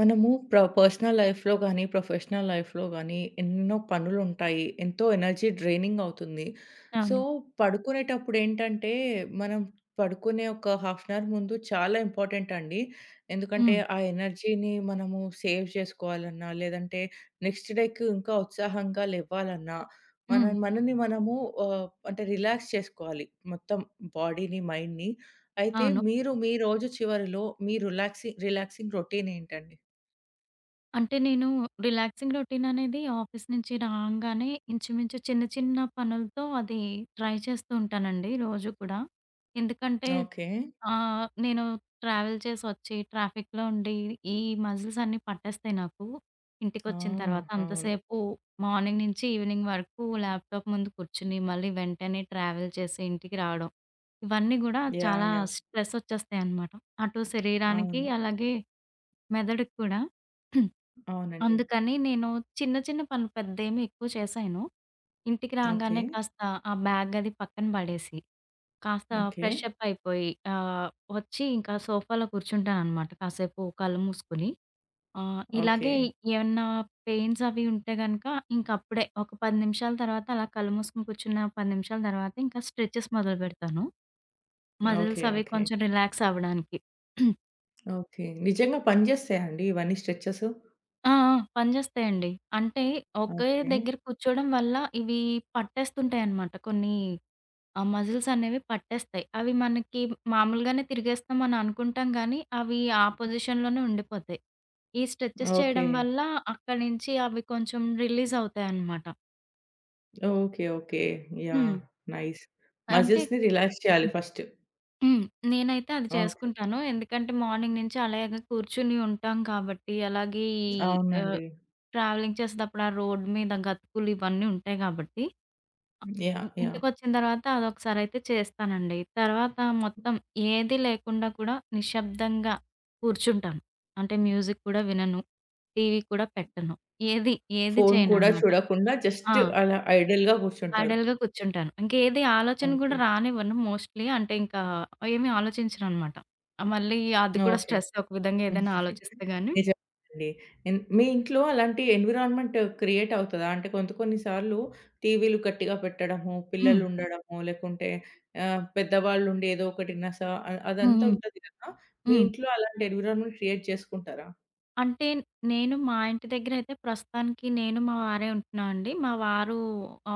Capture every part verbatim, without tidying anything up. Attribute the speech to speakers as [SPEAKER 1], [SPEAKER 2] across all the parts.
[SPEAKER 1] మనము ప్ర పర్సనల్ లైఫ్‌లో గానీ, ప్రొఫెషనల్ లైఫ్‌లో గానీ ఎన్నో పనులుంటాయి. ఎంతో ఎనర్జీ డ్రైనింగ్ అవుతుంది. సో,
[SPEAKER 2] అవును.
[SPEAKER 1] పడుకునేటప్పుడు ఏంటంటే, మనం పడుకునే ఒక హాఫ్ అన్ అవర్ ముందు చాలా ఇంపార్టెంట్ అండి. ఎందుకంటే,
[SPEAKER 2] హ్మ్.
[SPEAKER 1] ఆ ఎనర్జీని మనము సేవ్ చేసుకోవాలన్నా, లేదంటే నెక్స్ట్ డేకి ఇంకా ఉత్సాహంగా లెవ్వాలన్నా, మన
[SPEAKER 2] హ్మ్.
[SPEAKER 1] మనని మనము ఆహ్, అంటే రిలాక్స్ చేసుకోవాలి. మొత్తం బాడీని, మైండ్‌ని. అయితే
[SPEAKER 2] అవును.
[SPEAKER 1] మీరు మీ రోజు చివరిలో మీ రిలాక్సి రిలాక్సింగ్ రొటీన్ ఏంటండి?
[SPEAKER 2] అంటే నేను రిలాక్సింగ్ రొటీన్ అనేది ఆఫీస్ నుంచి రాంగానే ఇంచుమించు చిన్న చిన్న పనులతో అది ట్రై చేస్తూ ఉంటానండి రోజు కూడా. ఎందుకంటే
[SPEAKER 1] ఓకే.
[SPEAKER 2] ఆహ్, నేను ట్రావెల్ చేసొచ్చి ట్రాఫిక్‌లో ఉండి ఈ మజిల్స్ అన్నీ పట్టేస్తాయి నాకు.
[SPEAKER 1] ఆ,
[SPEAKER 2] ఇంటికొచ్చిన తర్వాత
[SPEAKER 1] అవును.
[SPEAKER 2] అంతసేపు మార్నింగ్ నుంచి ఈవినింగ్ వరకు ల్యాప్‌టాప్ ముందు కూర్చొని మళ్ళీ వెంటనే ట్రావెల్ చేసి ఇంటికి రావడం. ఇవన్నీ గూడా
[SPEAKER 1] యాహ్,
[SPEAKER 2] చాలా
[SPEAKER 1] యాహ్.
[SPEAKER 2] స్ట్రెస్ ఒచ్చేస్తాయన్నమాట. అటు శరీరానికి
[SPEAKER 1] అవును.
[SPEAKER 2] అలాగే మెదడుకి కూడా.
[SPEAKER 1] అవునండి.
[SPEAKER 2] అందుకని నేను చిన్న చిన్న పనులు పెద్దేమి ఎక్కువ చేశాను. ఇంటికి
[SPEAKER 1] ఓకే.
[SPEAKER 2] రాగానే కాస్త ఆ బ్యాగ్ అది పక్కన పడేసి, కాస్త
[SPEAKER 1] ఓకే.
[SPEAKER 2] ఫ్రెష్ అప్ అయిపోయి ఆహ్, వచ్చి ఇంకా సోఫాలో కూర్చుంటాననమాట కాసేపు కళ్ళు మూసుకొని. ఆహ్,
[SPEAKER 1] ఓకే.
[SPEAKER 2] ఇలాగే ఏమన్నా పెయిన్స్ అవి ఉంటే గనక ఇంకప్పుడే ఒక పది నిమిషాల తర్వాత అలా కళ్ళు మూసుకొని కూర్చున్న పది నిమిషాల తర్వాత ఇంకా స్ట్రెచెస్ మొదలుపెడతాను.
[SPEAKER 1] ఓకే.
[SPEAKER 2] మజిల్స్ అవి
[SPEAKER 1] ఓకే.
[SPEAKER 2] కొంచెం రిలాక్స్ అవ్వడానికి.
[SPEAKER 1] ఓకే, నిజంగా పనిజేస్తాయా అండి ఇవన్నీ స్ట్రెచెస్?
[SPEAKER 2] ఆ! ఆ! పనిచేస్తాయండి. అంటే ఒకే
[SPEAKER 1] ఓకే.
[SPEAKER 2] దగ్గర కూర్చోవడం వల్ల ఇవి పట్టేస్తుంటాయన్నమాట. కొన్ని ఆహ్, మజిల్స్ అనేవి పట్టేస్తాయి. అవి మనకి మామూలుగానే తిరిగేస్తాం అని అనుకుంటాం గానీ, అవి ఆ పొజిషన్‌లోనే ఉండిపోతాయి. ఈ స్ట్రెచెస్
[SPEAKER 1] ఓకే.
[SPEAKER 2] చేయడం వల్ల అక్కడి నుంచి అవి కొంచెం రిలీజ్ అవుతాయన్నమాట.
[SPEAKER 1] ఓకే. ఓకే.
[SPEAKER 2] హ్మ్.
[SPEAKER 1] యాహ్. నైస్.
[SPEAKER 2] అంటే
[SPEAKER 1] మజిల్స్‌ని రిలాక్స్ చేయాలి ఫస్ట్.
[SPEAKER 2] హ్మ్. నేనైతే అది
[SPEAKER 1] ఓకే.
[SPEAKER 2] చేసుకుంటాను. ఎందుకంటే మార్నింగ్ నుంచి అలాగే కూర్చొని ఉంటాం కాబట్టి, అలాగే ఈ ఆహ్,
[SPEAKER 1] అవునండి.
[SPEAKER 2] ట్రావెలింగ్ చేసేటప్పుడు ఆ రోడ్ మీద గతుకులు ఇవన్నీ ఉంటాయి కాబట్టి, ఇ
[SPEAKER 1] యాహ్, యాహ్.
[SPEAKER 2] ఇంటికొచ్చిన తర్వాత అదొకసారయితే చేస్తానండి. తర్వాత మొత్తం ఏది లేకుండా కూడా నిశ్శబ్దంగా కూర్చుంటాను. అంటే మ్యూజిక్ కూడా వినను. టీవీ కూడా పెట్టను. ఏది, ఏది
[SPEAKER 1] ఫోను కూడా
[SPEAKER 2] చేయననమాట.
[SPEAKER 1] చూడకుండా జస్ట్
[SPEAKER 2] ఆ!
[SPEAKER 1] అలా ఐడిల్‌గా కూర్చుంటారు.
[SPEAKER 2] ఐడల్‌గా కూర్చుంటాను. ఇంకేది ఆలోచన గూడా
[SPEAKER 1] ఓకే.
[SPEAKER 2] రానివ్వను మోస్ట్‌లీ. అంటే ఇంకా ఏమి ఆలోచించననమాట. ఆహ్, మళ్ళీ అది కూడా
[SPEAKER 1] ఓకే.
[SPEAKER 2] స్ట్రెస్ ఒక విధంగా ఏదైనా ఆలోచిస్తే గాని.
[SPEAKER 1] నిజమేనండి. ఎన్ మీ ఇంట్లో అలాంటి ఎన్విరాన్మెంట్ క్రియేట్ అవుతదా? అంటే కొంత కొన్ని సార్లు టీవీలు గట్టిగా పెట్టడము,
[SPEAKER 2] హ్మ్.
[SPEAKER 1] పిల్లలు ఉండడము, లేకుంటే ఆహ్, పెద్దవాళ్ళుండి ఏదో ఒకటి నస అ
[SPEAKER 2] హ్మ్.
[SPEAKER 1] అదంతా
[SPEAKER 2] హ్మ్.
[SPEAKER 1] ఉంటది కదా! మీ
[SPEAKER 2] హ్మ్.
[SPEAKER 1] ఇంట్లో అలాంటి ఎన్విరాన్మెంట్ క్రియేట్ చేసుకుంటారా?
[SPEAKER 2] అంటే నేను మా ఇంటి దగ్గరైతే ప్రస్తుతానికి నేను మా వారే ఉంటున్నాం అండి. మా వారు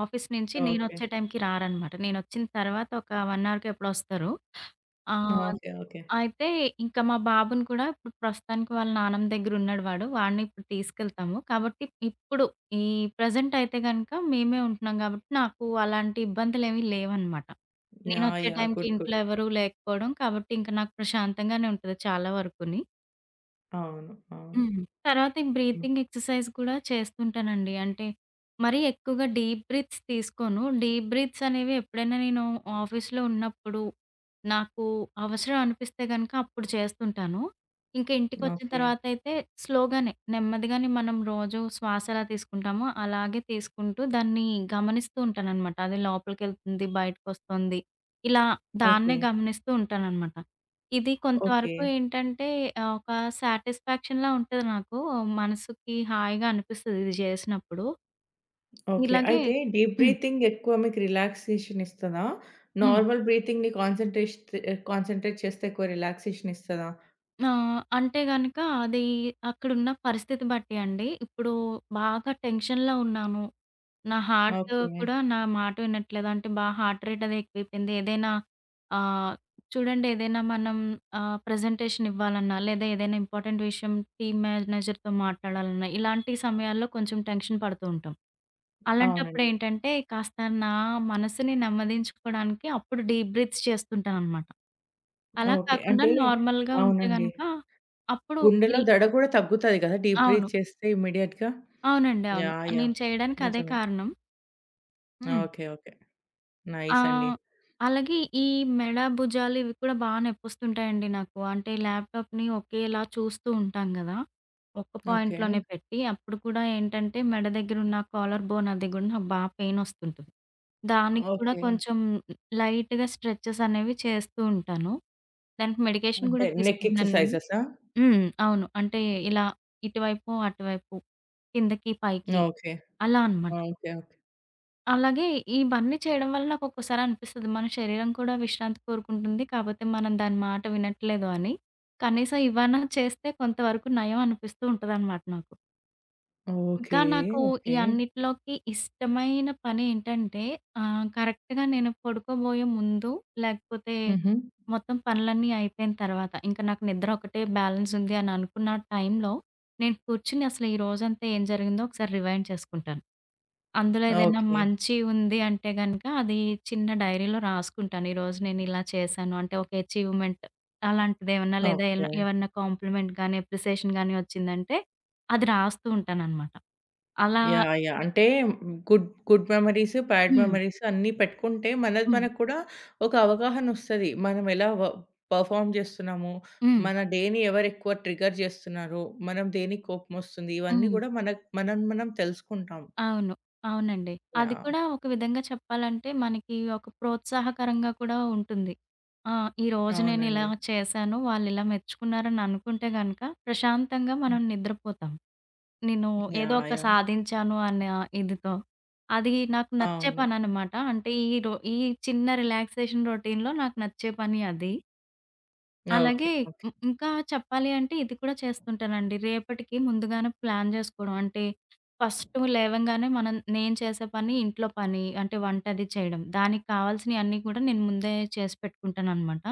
[SPEAKER 2] ఆఫీస్ నుంచి
[SPEAKER 1] ఓకే.
[SPEAKER 2] నేనొచ్చే టైంకి రారనమాట. నేనొచ్చిన తర్వాత ఒక ఒక్క అవర్‌కో ఎప్పుడో వస్తారు. ఆ!
[SPEAKER 1] ఓకే. ఓకే.
[SPEAKER 2] అయితే ఇంకా మా బాబుని కూడా ఇప్పుడు ప్రస్తుతానికి వాళ్ళ నానమ్మ దగ్గరున్నాడు వాడు. వాడిని ఇప్పుడు తీసుకెళ్తాము. కాబట్టి ఇప్పుడు ఈ ప్రెజెంట్ అయితే గనక మేమే ఉంటున్నాం కాబట్టి నాకు అలాంటి ఇబ్బందులేమీ లేవనమాట.
[SPEAKER 1] యాహ్,
[SPEAKER 2] నేనొచ్చే
[SPEAKER 1] యాహ్.
[SPEAKER 2] టైంకి
[SPEAKER 1] గుడ్.
[SPEAKER 2] ఇంట్లో
[SPEAKER 1] గుడ్.
[SPEAKER 2] ఎవరు లేకపోవడం కాబట్టి ఇంక నాకు ప్రశాంతంగానే ఉంటది చాలా వరకుని.
[SPEAKER 1] అవును. అవును.
[SPEAKER 2] హ్మ్. తర్వాత ఈ
[SPEAKER 1] హ్మ్.
[SPEAKER 2] బ్రీతింగ్ ఎక్సర్సైజ్ కూడా చేస్తుంటానండి. అంటే మరీ ఎక్కువగా డీప్ బ్రీత్స్ తీసుకోను. డీప్ బ్రీత్స్ అనేవి ఎప్పుడైనా నేను ఆఫీస్‌లో ఉన్నప్పుడు నాకు అవసరం అనిపిస్తే గనక అప్పుడు చేస్తుంటాను. ఇంకా ఇంటికొచ్చిన
[SPEAKER 1] ఓకే.
[SPEAKER 2] తర్వాత అయితే స్లోగానే, నెమ్మదిగానే మనం రోజు శ్వాస ఎలా తీసుకుంటామో అలాగే తీసుకుంటూ దాన్ని గమనిస్తూ ఉంటాననమాట. అది లోపలికెళ్తుంది, బయటకొస్తుంది. ఇలా దాన్నే
[SPEAKER 1] ఓకే.
[SPEAKER 2] గమనిస్తూ ఉంటాననమాట. ఇది
[SPEAKER 1] ఓకే.
[SPEAKER 2] కొంతవరకు ఏంటంటే ఆహ్, ఒక సాటిస్ఫాక్షన్‌లా ఉంటది నాకు. మనసుకి హాయిగా అనిపిస్తది ఇది చేసినప్పుడు.
[SPEAKER 1] ఓకే,
[SPEAKER 2] ఇలాగే
[SPEAKER 1] అయితే డీప్
[SPEAKER 2] హ్మ్.
[SPEAKER 1] బ్రీతింగ్ ఎక్కువ మీకు రిలాక్సేషన్ ఇస్తదా?
[SPEAKER 2] హ్మ్.
[SPEAKER 1] నార్మల్ బ్రీతింగ్‌ని కాన్సంట్రేష్ కాన్సంట్రేట్ చేస్తే ఎక్కువ రిలాక్సేషన్ ఇస్తదా?
[SPEAKER 2] ఆహ్, అంటే గనక అది అక్కడున్న పరిస్థితి బట్టి అండి. ఇప్పుడు బాగా టెన్షన్‌లో ఉన్నాను. నా హార్ట్
[SPEAKER 1] ఓకే.
[SPEAKER 2] కూడా నా మాట వినట్లేదు. అంటే బాగా హార్ట్ రేట్ అది ఎక్కువైపోయింది. ఏదైనా ఆహ్, చూడండి ఏదైనా మనం ఆహ్, ప్రెజెంటేషన్ ఇవ్వాలన్నా, లేదా ఏదైనా ఇంపార్టెంట్ విషయం టీమ్ మేనేజర్‌తో మాట్లాడాలన్నా, ఇలాంటి సమయాల్లో కొంచెం టెన్షన్ పడుతూ ఉంటాం. అలాంటప్పుడు
[SPEAKER 1] అవునండి.
[SPEAKER 2] ఏంటంటే కాస్త నా మనసుని నెమ్మదించుకోవడానికి అప్పుడు డీప్ బ్రీత్స్ చేస్తుంటాననమాట. అలా
[SPEAKER 1] ఓకే,
[SPEAKER 2] కాకుండా
[SPEAKER 1] అంటే
[SPEAKER 2] నార్మల్‌గా ఉంటే
[SPEAKER 1] అవునండి.
[SPEAKER 2] గనక అప్పుడు
[SPEAKER 1] గుండెలో
[SPEAKER 2] ఇల్
[SPEAKER 1] దడ కూడా తగ్గుతది కదా! డీప్
[SPEAKER 2] అవును.
[SPEAKER 1] బ్రీత్ చేస్తే ఇమ్మీడియేట్‌గా.
[SPEAKER 2] అవునండి. అవును.
[SPEAKER 1] Yeah, yeah.
[SPEAKER 2] నేను చేయడానికి అదే
[SPEAKER 1] నిజమే.
[SPEAKER 2] కారణం. హ్మ్.
[SPEAKER 1] ఓకే. ఓకే.
[SPEAKER 2] ఆ!
[SPEAKER 1] నైస్ అండి.
[SPEAKER 2] అలాగే ఈ మెడ, భుజాలు ఇవి కూడా బా నొప్పొస్తుంటాయండి నాకు. అంటే ల్యాప్‌టాప్‌ని ఒకేలా చూస్తూ ఉంటాం గదా! ఒక్క
[SPEAKER 1] ఓకే.
[SPEAKER 2] పాయింట్‌లోనే పెట్టి, అప్పుడు కూడా ఏంటంటే మెడ దగ్గరున్న కాలర్ బోన్ అది గూడా నాకు బా పెయినొస్తుంటది. దానికి కూడా
[SPEAKER 1] ఓకే,
[SPEAKER 2] కొంచెం లైట్‌గా స్ట్రెచెస్ అనేవి చేస్తూ ఉంటాను. దానికి మెడికేషన్
[SPEAKER 1] అంటే
[SPEAKER 2] గూడా
[SPEAKER 1] నెక్
[SPEAKER 2] తీసుకుంటున్నాను నేను.
[SPEAKER 1] ఎక్సర్‌సైజెసా?
[SPEAKER 2] హ్మ్. అవును. అంటే ఇలా ఇటువైపు, అటువైపు, కిందకి, పైకి
[SPEAKER 1] ఓకే.
[SPEAKER 2] అలా అనమాట.
[SPEAKER 1] ఓకే. ఓకే.
[SPEAKER 2] అలాగే ఇవన్నీ చేయడం వల్ల నాకొక్కోసారి అనిపిస్తది. మన శరీరం కూడా విశ్రాంతి కోరుకుంటుంది. కాపోతే మనం దాని మాట వినట్లేదు అని. కనీసం ఇవన్నా చేస్తే కొంతవరకు నయం అనిపిస్తూ ఉంటదనమాట నాకు.
[SPEAKER 1] ఓకే.
[SPEAKER 2] ఇంకా నాకు ఈ
[SPEAKER 1] ఓకే.
[SPEAKER 2] అన్నిటిలోకి ఇష్టమైన పనేంటంటే ఆహ్, కరెక్ట్‌గా నేను పడుకోబోయే ముందు, లేకపోతే
[SPEAKER 1] హుహు.
[SPEAKER 2] మొత్తం పనులన్నీ అయిపోయిన తర్వాత, ఇంక నాకు నిద్ర ఒకటే బ్యాలెన్స్ ఉంది అని అనుకున్న టైంలో, నేను కూర్చొని అసలు ఈ రోజంతా ఏం జరిగిందో ఒకసారి రివైండ్ చేసుకుంటాను. అందులో ఏదైనా
[SPEAKER 1] ఓకే.
[SPEAKER 2] మంచి ఉంది అంటే గనక అది చిన్న డైరీలో రాసుకుంటాను. ఈరోజు నేను ఇలా చేశాను అంటే ఒక అచీవ్‌మెంట్ అలాంటిదేమన్నా లేదా
[SPEAKER 1] ఓకే.
[SPEAKER 2] ఏమన్నా కాంప్లిమెంట్ గాని, అప్రిసియేషన్ గాని వచ్చిందంటే అది రాస్తూ ఉంటాననమాట. అలా
[SPEAKER 1] యాహ్, యాహ్, అంటే good good memories, bad
[SPEAKER 2] hmm.
[SPEAKER 1] Memories అన్నీ పెట్టుకుంటే మనది
[SPEAKER 2] హ్మ్.
[SPEAKER 1] మనకు కూడా ఒక అవగాహనొస్తది. మనం ఎలా వ పర్ఫార్మ్ చేస్తున్నాము,
[SPEAKER 2] హ్మ్.
[SPEAKER 1] మన డేని ఎవరెక్కువ ట్రిగ్గర్ చేస్తున్నారు, మనం దేనికి కోపమొస్తుంది, ఇవన్నీ
[SPEAKER 2] హ్మ్.
[SPEAKER 1] కూడా మనకు మనం మనం తెలుసుకుంటాం.
[SPEAKER 2] అవును. అవునండి. అది
[SPEAKER 1] యాహ్.
[SPEAKER 2] కూడా ఒక విధంగా చెప్పాలంటే మనకి ఒక ప్రోత్సాహకరంగా కూడా ఉంటుంది. ఆ! ఈరోజు నేను ఇలా
[SPEAKER 1] అవునండి.
[SPEAKER 2] చేశాను, వాళ్ళిలా మెచ్చుకున్నారని అనుకుంటే గనక ప్రశాంతంగా
[SPEAKER 1] హ్మ్.
[SPEAKER 2] మనం నిద్రపోతాం. నేను ఏదో
[SPEAKER 1] యాహ్,
[SPEAKER 2] ఒక
[SPEAKER 1] యాహ్.
[SPEAKER 2] సాధించాను అనే ఇదితో. అది నాకు నచ్చే
[SPEAKER 1] అవును.
[SPEAKER 2] పననమాట. అంటే ఈ రో ఈ చిన్న రిలాక్సేషన్ రొటీన్‌లో నాకు నచ్చే పని అది. అలాగే
[SPEAKER 1] ఓకే. ఓకే.
[SPEAKER 2] ఇం ఇంకా చెప్పాలి అంటే ఇది కూడా చేస్తుంటానండి. రేపటికి ముందుగానే ప్లాన్ జేసుకోవడం. అంటే ఫస్ట్ లేవంగానే మనం నేను చేసే పని, ఇంట్లో పని అంటే వంట అది చేయడం. దానికి కావాల్సినయన్నీ కూడా నేను ముందే చేసి పెట్టుకుంటాననమాట.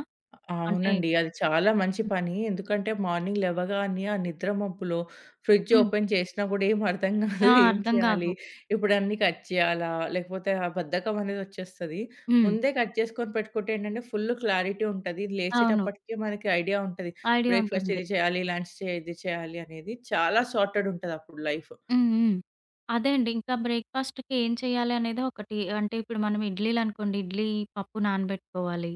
[SPEAKER 2] అంటే
[SPEAKER 1] అవునండి, అది చాలా మంచి పని. ఎందుకంటే మార్నింగ్ లెవ్వగానే ఆ నిద్ర మబ్బులో ఫ్రిడ్జ్
[SPEAKER 2] హ్మ్.
[SPEAKER 1] ఓపెన్ చేసినా గూడా ఏం అర్థం గాదు.
[SPEAKER 2] ఆ!
[SPEAKER 1] ఏం
[SPEAKER 2] అర్థం
[SPEAKER 1] చేయాలి?
[SPEAKER 2] గాదు.
[SPEAKER 1] ఇప్పుడు అన్నీ కట్ చేయాలా? లేకపోతే ఆ బద్ధకం అనేది ఒచ్చేస్తది.
[SPEAKER 2] హ్మ్.
[SPEAKER 1] ముందే కట్ చేసుకొని పెట్టుకుంటే ఏంటంటే ఫుల్ క్లారిటీ ఉంటది.
[SPEAKER 2] అవును.
[SPEAKER 1] లేచేటప్పటికే మనకి ఐడియా ఉంటది.
[SPEAKER 2] ఐడియా
[SPEAKER 1] బ్రేక్‌ఫాస్ట్
[SPEAKER 2] ఉంటుంది.
[SPEAKER 1] ఇది చేయాలి, లంచ్ చే ఇది చేయాలి అనేది. చాలా సార్టెడ్ ఉంటదప్పుడు లైఫ్.
[SPEAKER 2] హ్మ్. హ్మ్. అదే అండి. ఇంకా బ్రేక్‌ఫాస్ట్‌కి ఏం చేయాలి అనేది ఒకటి అంటే ఇప్పుడు మనం ఇడ్లీలనుకోండి, ఇడ్లీ పప్పు నానబెట్టుకోవాలి.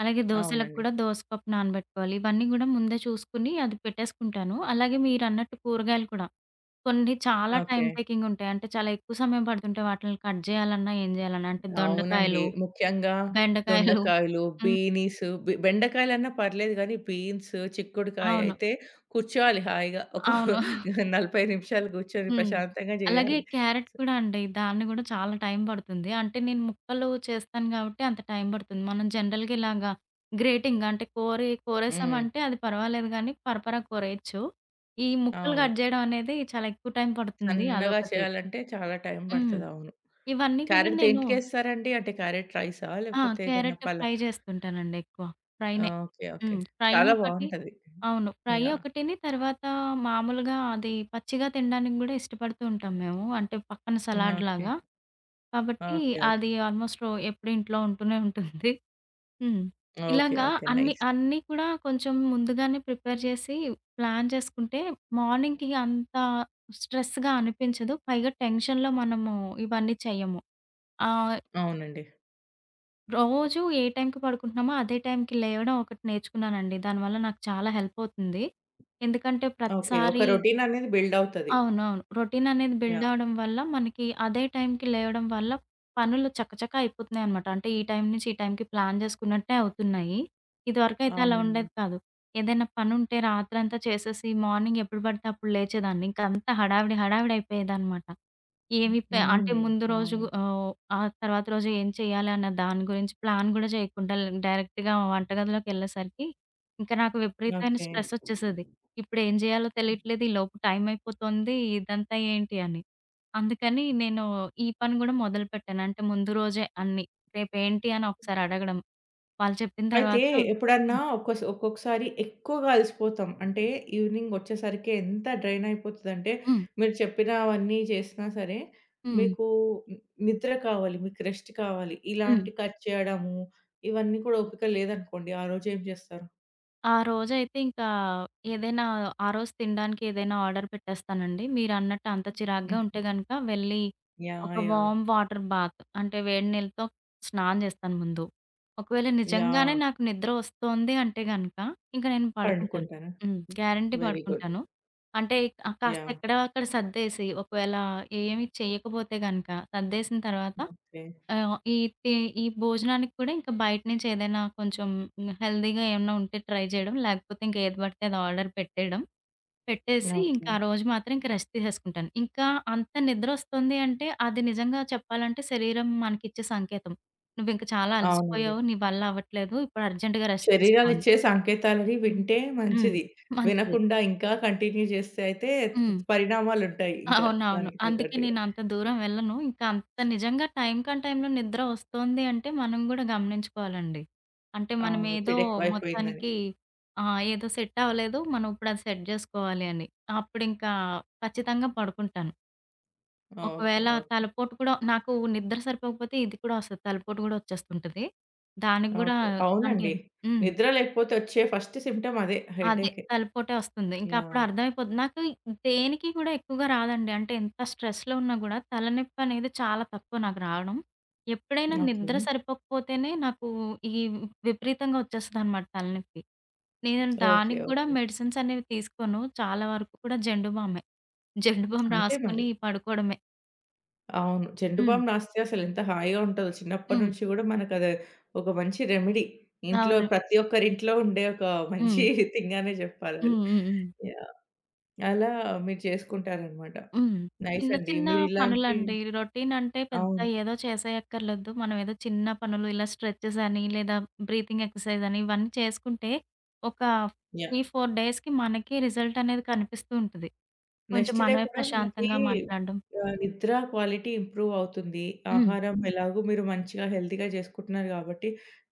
[SPEAKER 2] అలాగే దోసలకు
[SPEAKER 1] అవునండి.
[SPEAKER 2] కూడా దోస పప్పు నానబెట్టుకోవాలి. ఇవన్నీ గూడా ముందే చూసుకొని అది పెట్టేసుకుంటాను. అలాగే మీరన్నట్టు కూరగాయలు కూడా కొన్ని చాలా టైమ్
[SPEAKER 1] ఓకే.
[SPEAKER 2] టేకింగ్ ఉంటాయి. అంటే చాలా ఎక్కువ సమయం పడుతుంటాయి వాటిల్ని కట్ జేయాలన్నా, ఏం జేయాలన్నా. అంటే
[SPEAKER 1] అవునండి,
[SPEAKER 2] దొండకాయలు,
[SPEAKER 1] ముఖ్యంగా
[SPEAKER 2] బెండకాయలు
[SPEAKER 1] దొండకాయలు,
[SPEAKER 2] హ్మ్.
[SPEAKER 1] బీనీసు, బె బెండకాయలన్నా పర్లేదు గానీ, బీన్స్, చిక్కుడుకాయ
[SPEAKER 2] అవును.
[SPEAKER 1] అయితే కూర్చోవాలి హాయిగా. ఒక
[SPEAKER 2] అవును.
[SPEAKER 1] నలభై నిమిషాలు కూర్చొని
[SPEAKER 2] హ్మ్.
[SPEAKER 1] ప్రశాంతంగా
[SPEAKER 2] అలాగే
[SPEAKER 1] జేయాలి.
[SPEAKER 2] క్యారెట్
[SPEAKER 1] స
[SPEAKER 2] కూడా అండి. దాన్ని గూడా చాలా టైం పడుతుంది. అంటే నేను ముక్కలు చేస్తాను గాబట్టి అంత టైం పడుతుంది. మనం జనరల్‌గా ఇలాగా గ్రేటింగ్ అంటే కోరి
[SPEAKER 1] హ్మ్.
[SPEAKER 2] కోరేసామంటే అది పర్వాలేదు గానీ పరపరా కోరేయొచ్చు. ఈ ముక్కలు
[SPEAKER 1] అవును,
[SPEAKER 2] కట్ జేయడం అనేది చాలా ఎక్కువ టైం పడుతుంది.
[SPEAKER 1] సన్నగా
[SPEAKER 2] అదొకటి.
[SPEAKER 1] చేయాలంటే చాలా టైం
[SPEAKER 2] హ్మ్.
[SPEAKER 1] పడతది. అవును.
[SPEAKER 2] ఇవన్నీ కూడా
[SPEAKER 1] క్యారెట్
[SPEAKER 2] నేను
[SPEAKER 1] దేంటికేస్తారండి? అంటే క్యారెట్ రైసా?
[SPEAKER 2] ఆ!
[SPEAKER 1] లేకపోతే ఏదన్నా
[SPEAKER 2] క్యారెట్
[SPEAKER 1] పలా
[SPEAKER 2] ఫ్రై చేస్తుంటానండి ఎక్కువ.
[SPEAKER 1] ఆ,
[SPEAKER 2] ఫ్రైనే.
[SPEAKER 1] ఓకే. ఓకే.
[SPEAKER 2] హ్మ్.
[SPEAKER 1] చాలా
[SPEAKER 2] ఫ్రైనొకటి
[SPEAKER 1] బావుంటది.
[SPEAKER 2] అవును. Fry
[SPEAKER 1] yeah.
[SPEAKER 2] ఒకటిని తర్వాత మామూలుగా అది పచ్చిగా తినడానికి గూడా ఇష్టపడుతూ ఉంటాం మేము. అంటే పక్కన
[SPEAKER 1] ఓకే.
[SPEAKER 2] సలాడ్‌లాగా. కాబట్టి
[SPEAKER 1] ఓకే. ఓకే.
[SPEAKER 2] అది ఆల్మోస్ట్ ఎప్పుడు ఇంట్లో ఉంటూనే ఉంటుంది. హ్మ్.
[SPEAKER 1] ఓకే.
[SPEAKER 2] ఇలాగా
[SPEAKER 1] ఓకే.
[SPEAKER 2] అన్ని
[SPEAKER 1] నైస్.
[SPEAKER 2] అన్నీ కూడా కొంచెం ముందుగానే ప్రిపేర్ చేసి ప్లాన్ చేసుకుంటే మార్నింగ్‌కి అంత స్ట్రెస్‌గా అనిపించదు. పైగా టెన్షన్‌లో మనము ఇవన్నీ చెయ్యము. ఆహ్,
[SPEAKER 1] అవునండి.
[SPEAKER 2] రోజు ఏ టైంకి పడుకుంటున్నామో అదే టైంకి లేవడం ఒకటి నేర్చుకున్నానండి. దానివల్ల నాకు చాలా హెల్ప్ అవుతుంది. ఎందుకంటే
[SPEAKER 1] ఓకే,
[SPEAKER 2] ప్రతిసారి
[SPEAKER 1] ఒక రొటీననేది బిల్డవుతది.
[SPEAKER 2] అవునవును. రొటీన్ అనేది బిల్డ్
[SPEAKER 1] యాహ్.
[SPEAKER 2] అవ్వడం వల్ల మనకి అదే టైంకి లేవడం వల్ల పనులు చకచకా అయిపోతున్నాయన్నమాట. అంటే ఈ టైం నుంచి ఈ టైంకి ప్లాన్ చేసుకున్నట్టే అవుతున్నాయి. ఇదివరకైతే అలా
[SPEAKER 1] అవునండి.
[SPEAKER 2] ఉండేది కాదు. ఏదైనా పనుంటే రాత్రంతా చేసేసి మార్నింగ్ ఎప్పుడు పడితే అప్పుడు లేచేదాన్ని. ఇంక అంతా హడావిడి హడావిడి అయిపోయేదన్నమాట. ఏమి పె అంటే
[SPEAKER 1] హ్మ్.
[SPEAKER 2] ముందు రోజు
[SPEAKER 1] అవును.
[SPEAKER 2] ఆహ్, ఆ తర్వాత రోజు ఏం చేయాలి అన్న దాని గురించి ప్లాన్ గూడా చేయకుండా డైరెక్ట్‌గా వంటగదిలోకెళ్ళేసరికి ఇంకా నాకు విపరీతమైన
[SPEAKER 1] ఓకే,
[SPEAKER 2] స్ట్రెసొచ్చేసేది. ఇప్పుడేం జేయాలో తెలియట్లేదు. ఈలోపు టైం అయిపోతుంది. ఇదంతా ఏంటి అని. అందుకని నేను ఈ పని గూడా మొదలుపెట్టాను. అంటే ముందు రోజే అన్నీ. రేపేంటి అని ఒకసారి అడగడం. వాళ్ళు చెప్పిన
[SPEAKER 1] అయితే
[SPEAKER 2] తర్వాత
[SPEAKER 1] ఎప్పుడన్నా
[SPEAKER 2] హ్మ్.
[SPEAKER 1] ఒక్కోస్ ఒక్కొక్కసారి ఎక్కువగా అలసిపోతాం. అంటే ఈవినింగ్ వచ్చేసరికి ఎంత డ్రైన్ అయిపోతదంటే,
[SPEAKER 2] హ్మ్.
[SPEAKER 1] మీరు చెప్పినవన్నీ చేసినా సరే,
[SPEAKER 2] హ్మ్.
[SPEAKER 1] మీకు ని నిద్ర కావాలి, మీకు రెస్ట్ కావాలి.
[SPEAKER 2] హ్మ్.
[SPEAKER 1] ఇలాంటి కట్ చేయడము, ఇవన్నీ కూడా ఓపిక లేదనుకోండి, ఆ రోజు ఏం చేస్తారు?
[SPEAKER 2] ఆ రోజైతే ఇంకా ఏదైనా ఆ రోజు తినడానికి ఏదైనా ఆర్డర్ పెట్టేస్తానండి. మీరన్నట్టు అంత చిరాకుగా
[SPEAKER 1] హ్మ్.
[SPEAKER 2] ఉంటే గనక వెళ్ళి
[SPEAKER 1] యాహ్,
[SPEAKER 2] ఒక
[SPEAKER 1] యాహ్.
[SPEAKER 2] వార్మ్ వాటర్ బాత్ అంటే వేడి నీళ్ళతో స్నానం చేస్తాను ముందు. ఒకవేళ నిజంగానే
[SPEAKER 1] యాహ్.
[SPEAKER 2] నాకు నిద్ర వస్తోంది అంటే గనక ఇంక నేను పడుకుంటాను.
[SPEAKER 1] పండుకుంటారా?
[SPEAKER 2] హ్మ్. Guarantee
[SPEAKER 1] very good.
[SPEAKER 2] పడుకుంటాను. అంటే ఆ కాస్త
[SPEAKER 1] యాహ్.
[SPEAKER 2] ఎక్కడ అక్కడ సర్దేసి ఒకవేళ ఏమి చేయకపోతే గనక సర్దేసిన తర్వాత
[SPEAKER 1] ఓకే.
[SPEAKER 2] ఆహ్, ఈ తి ఈ భోజనానికి కూడా ఇంకా బయట నుంచి ఏదైనా కొంచెం హ్మ్, హెల్తీగా ఏమన్నా ఉంటే ట్రై చేయడం. లేకపోతే ఇంక ఏది పడితే అది ఆర్డర్ పెట్టేయడం. పెట్టేసి ఇంకా
[SPEAKER 1] ఓకే.
[SPEAKER 2] ఆ రోజు మాత్రం ఇంక రెస్ట్ తీసేసుకుంటాను. ఇంకా అంత నిద్రొస్తుంది అంటే అది నిజంగా చెప్పాలంటే శరీరం మనకిచ్చే సంకేతం. "నువ్వింక చాలా
[SPEAKER 1] అవునండి.
[SPEAKER 2] అలసిపోయావు. నీ వల్ల అవ్వట్లేదు. ఇప్పుడు అర్జెంట్‌గా రెస్ట్ తీసుకో" అని.
[SPEAKER 1] శరీరాలిచ్చే సంకేతాలని వింటే
[SPEAKER 2] హ్మ్.
[SPEAKER 1] మంచిది.
[SPEAKER 2] మంచిది.
[SPEAKER 1] వినకుండా ఇంకా కంటిన్యూ చేస్తే అయితే
[SPEAKER 2] హ్మ్.
[SPEAKER 1] త పరిణామాలుంటాయి ఇంకా
[SPEAKER 2] అవునవును.
[SPEAKER 1] దానికి
[SPEAKER 2] అందుకే
[SPEAKER 1] తగ్గట్టుగా.
[SPEAKER 2] నేనంత దూరం వెళ్ళను. ఇంకా అంత నిజంగా టైమ్ కన్ టైమ్‌లో నిద్ర వస్తోంది అంటే మనం గూడా గమనించుకోవాలండి. అంటే
[SPEAKER 1] అవును,
[SPEAKER 2] మనమేదో
[SPEAKER 1] ఒత్తిడెక్కువైపోయిందని.
[SPEAKER 2] మొత్తానికి ఆహ్, ఏదో సెట్ అవ్వలేదు. మనం ఇప్పుడది సెట్ జేసుకోవాలి అని. అప్పుడింకా ఖచ్చితంగా పడుకుంటాను.
[SPEAKER 1] ఓకే.
[SPEAKER 2] ఒకవేళ
[SPEAKER 1] ఓకే.
[SPEAKER 2] తలపోటు కూడా నాకు నిద్ర సరిపోకపోతే ఇది కూడా వస్తది. తలపోటు గూడా వచ్చేస్తుంటది. దానికి గూడా
[SPEAKER 1] ఓకే.
[SPEAKER 2] అంటే
[SPEAKER 1] అవునండి.
[SPEAKER 2] హ్మ్.
[SPEAKER 1] నిద్ర లేకపోతే వచ్చే ఫస్ట్ సింప్టమ్ అదే
[SPEAKER 2] అదే.
[SPEAKER 1] హెడ్‌ఏకే.
[SPEAKER 2] తలపోటే వస్తుంది. ఇంకా అప్పుడు
[SPEAKER 1] యాహ్.
[SPEAKER 2] అర్థమైపోద్ది. నాకు దేనికి కూడా ఎక్కువగా రాదండి. అంటే ఎంత స్ట్రెస్‌లో ఉన్నా గూడా తలనొప్పనేది చాలా తక్కువ నాకు రావడం. ఎప్పుడైనా
[SPEAKER 1] ఓకే.
[SPEAKER 2] నిద్ర సరిపోకపోతేనే నాకు ఈ విపరీతంగా వచ్చేస్తదనమాట తలనొప్పి. నేను
[SPEAKER 1] ఓకే.
[SPEAKER 2] దానికి గూడా
[SPEAKER 1] ఓకే.
[SPEAKER 2] మెడిసిన్స్ అనేవి తీసుకోను. చాలా వరకు కూడా జెండు బామే. జెండు బామ్
[SPEAKER 1] అంతే మరి.
[SPEAKER 2] రాసుకొని పడుకోవడమే.
[SPEAKER 1] అవును. జెండు
[SPEAKER 2] హ్మ్.
[SPEAKER 1] బామ్ రాస్తే అసలెంత హాయిగా ఉంటదో చిన్నప్పటి
[SPEAKER 2] హ్మ్.
[SPEAKER 1] నుంచి గూడా మనకది ఒక మంచి రెమెడీ. ఇంట్లో
[SPEAKER 2] అవును.
[SPEAKER 1] ప్రతి ఒక్కరింట్లో ఉండే ఒక మంచి
[SPEAKER 2] హ్మ్.
[SPEAKER 1] థింగ్ అనే జెప్పాలది.
[SPEAKER 2] హ్మ్. హ్మ్. హ్మ్.
[SPEAKER 1] యాహ్. అలా మీరు చేసుకుంటారనమాట.
[SPEAKER 2] హ్మ్.
[SPEAKER 1] నైస్
[SPEAKER 2] చిన్న
[SPEAKER 1] అండి.
[SPEAKER 2] చిన్న
[SPEAKER 1] మీరిలాంటి
[SPEAKER 2] పనులండి. రొటీన్ అంటే పెద్ద
[SPEAKER 1] అవును.
[SPEAKER 2] ఏదో చేసేయక్కర్లేదు. మనం ఏదో చిన్న పనులు ఇలా స్ట్రెచెస్ అని, లేదా బ్రీతింగ్ ఎక్సర్సైజ్ అని ఇవన్నీ చేసుకుంటే ఒక
[SPEAKER 1] యాహ్.
[SPEAKER 2] మూడు, నాలుగు డేస్‌కి మనకి రిజల్ట్ అనేది కనిపిస్తూ ఉంటది. కొంచెం
[SPEAKER 1] నెక్స్ట్ డే
[SPEAKER 2] మనమే
[SPEAKER 1] కూడా మనకి
[SPEAKER 2] ప్రశాంతంగా మాట్లాడడం.
[SPEAKER 1] ఆహ్, నిద్ర క్వాలిటీ ఇంప్రూవ్ అవుతుంది.
[SPEAKER 2] హ్మ్.
[SPEAKER 1] ఆహారం ఎలాగో మీరు మంచిగా హెల్తీగా చేసుకుంటున్నారు కాబట్టి,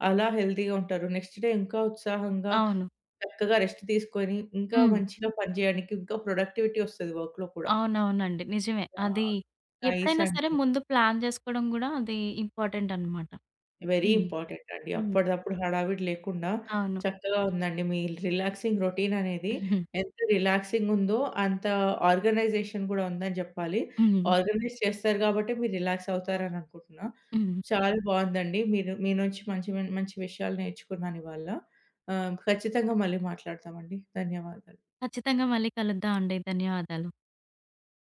[SPEAKER 1] అలా హెల్తీగా ఉంటారు. నెక్స్ట్ డే ఇంకా ఉత్సాహంగా
[SPEAKER 2] అవును.
[SPEAKER 1] చక్కగా రెస్ట్ తీసుకొని, ఇంకా
[SPEAKER 2] హ్మ్.
[SPEAKER 1] మంచిగా పని చేయడానికి ఇంకా ప్రొడక్టివిటీ వస్తది వర్క్‌లో కూడా.
[SPEAKER 2] అవునవునండి. నిజమే. అది
[SPEAKER 1] యాహ్. నైస్
[SPEAKER 2] ఎప్పుడైనా సరే
[SPEAKER 1] అండి.
[SPEAKER 2] ముందు ప్లాన్ చేసుకోవడం గూడా అది ఇంపార్టెంట్ అనమాట.
[SPEAKER 1] వెరీ
[SPEAKER 2] హ్మ్.
[SPEAKER 1] ఇంపార్టెంట్ అండి,
[SPEAKER 2] హ్మ్.
[SPEAKER 1] అప్పటిదప్పుడు హడావిడి లేకుండా
[SPEAKER 2] అవును.
[SPEAKER 1] చక్కగా ఉందండి. మీ రిలాక్సింగ్ రొటీన్ అనేది ఎంత రిలాక్సింగ్ ఉందో అంత ఆర్గనైజేషన్ గూడా ఉందని జెప్పాలి.
[SPEAKER 2] హ్మ్.
[SPEAKER 1] ఆర్గనైజ్ చేస్తారు గాబట్టే మీరు రిలాక్స్ అవుతారని అనుకుంటున్నా.
[SPEAKER 2] హ్మ్.
[SPEAKER 1] చాలా బావుందండి. మీరు మీ నుంచి మంచి మంచి విషయాలు నేర్చుకున్నానివాళ. ఆహ్, ఖచ్చితంగా మళ్ళీ మాట్లాడతామండి. ధన్యవాదాలు.
[SPEAKER 2] ఖచ్చితంగా మళ్ళీ కలుద్దాం అండి. ధన్యవాదాలు.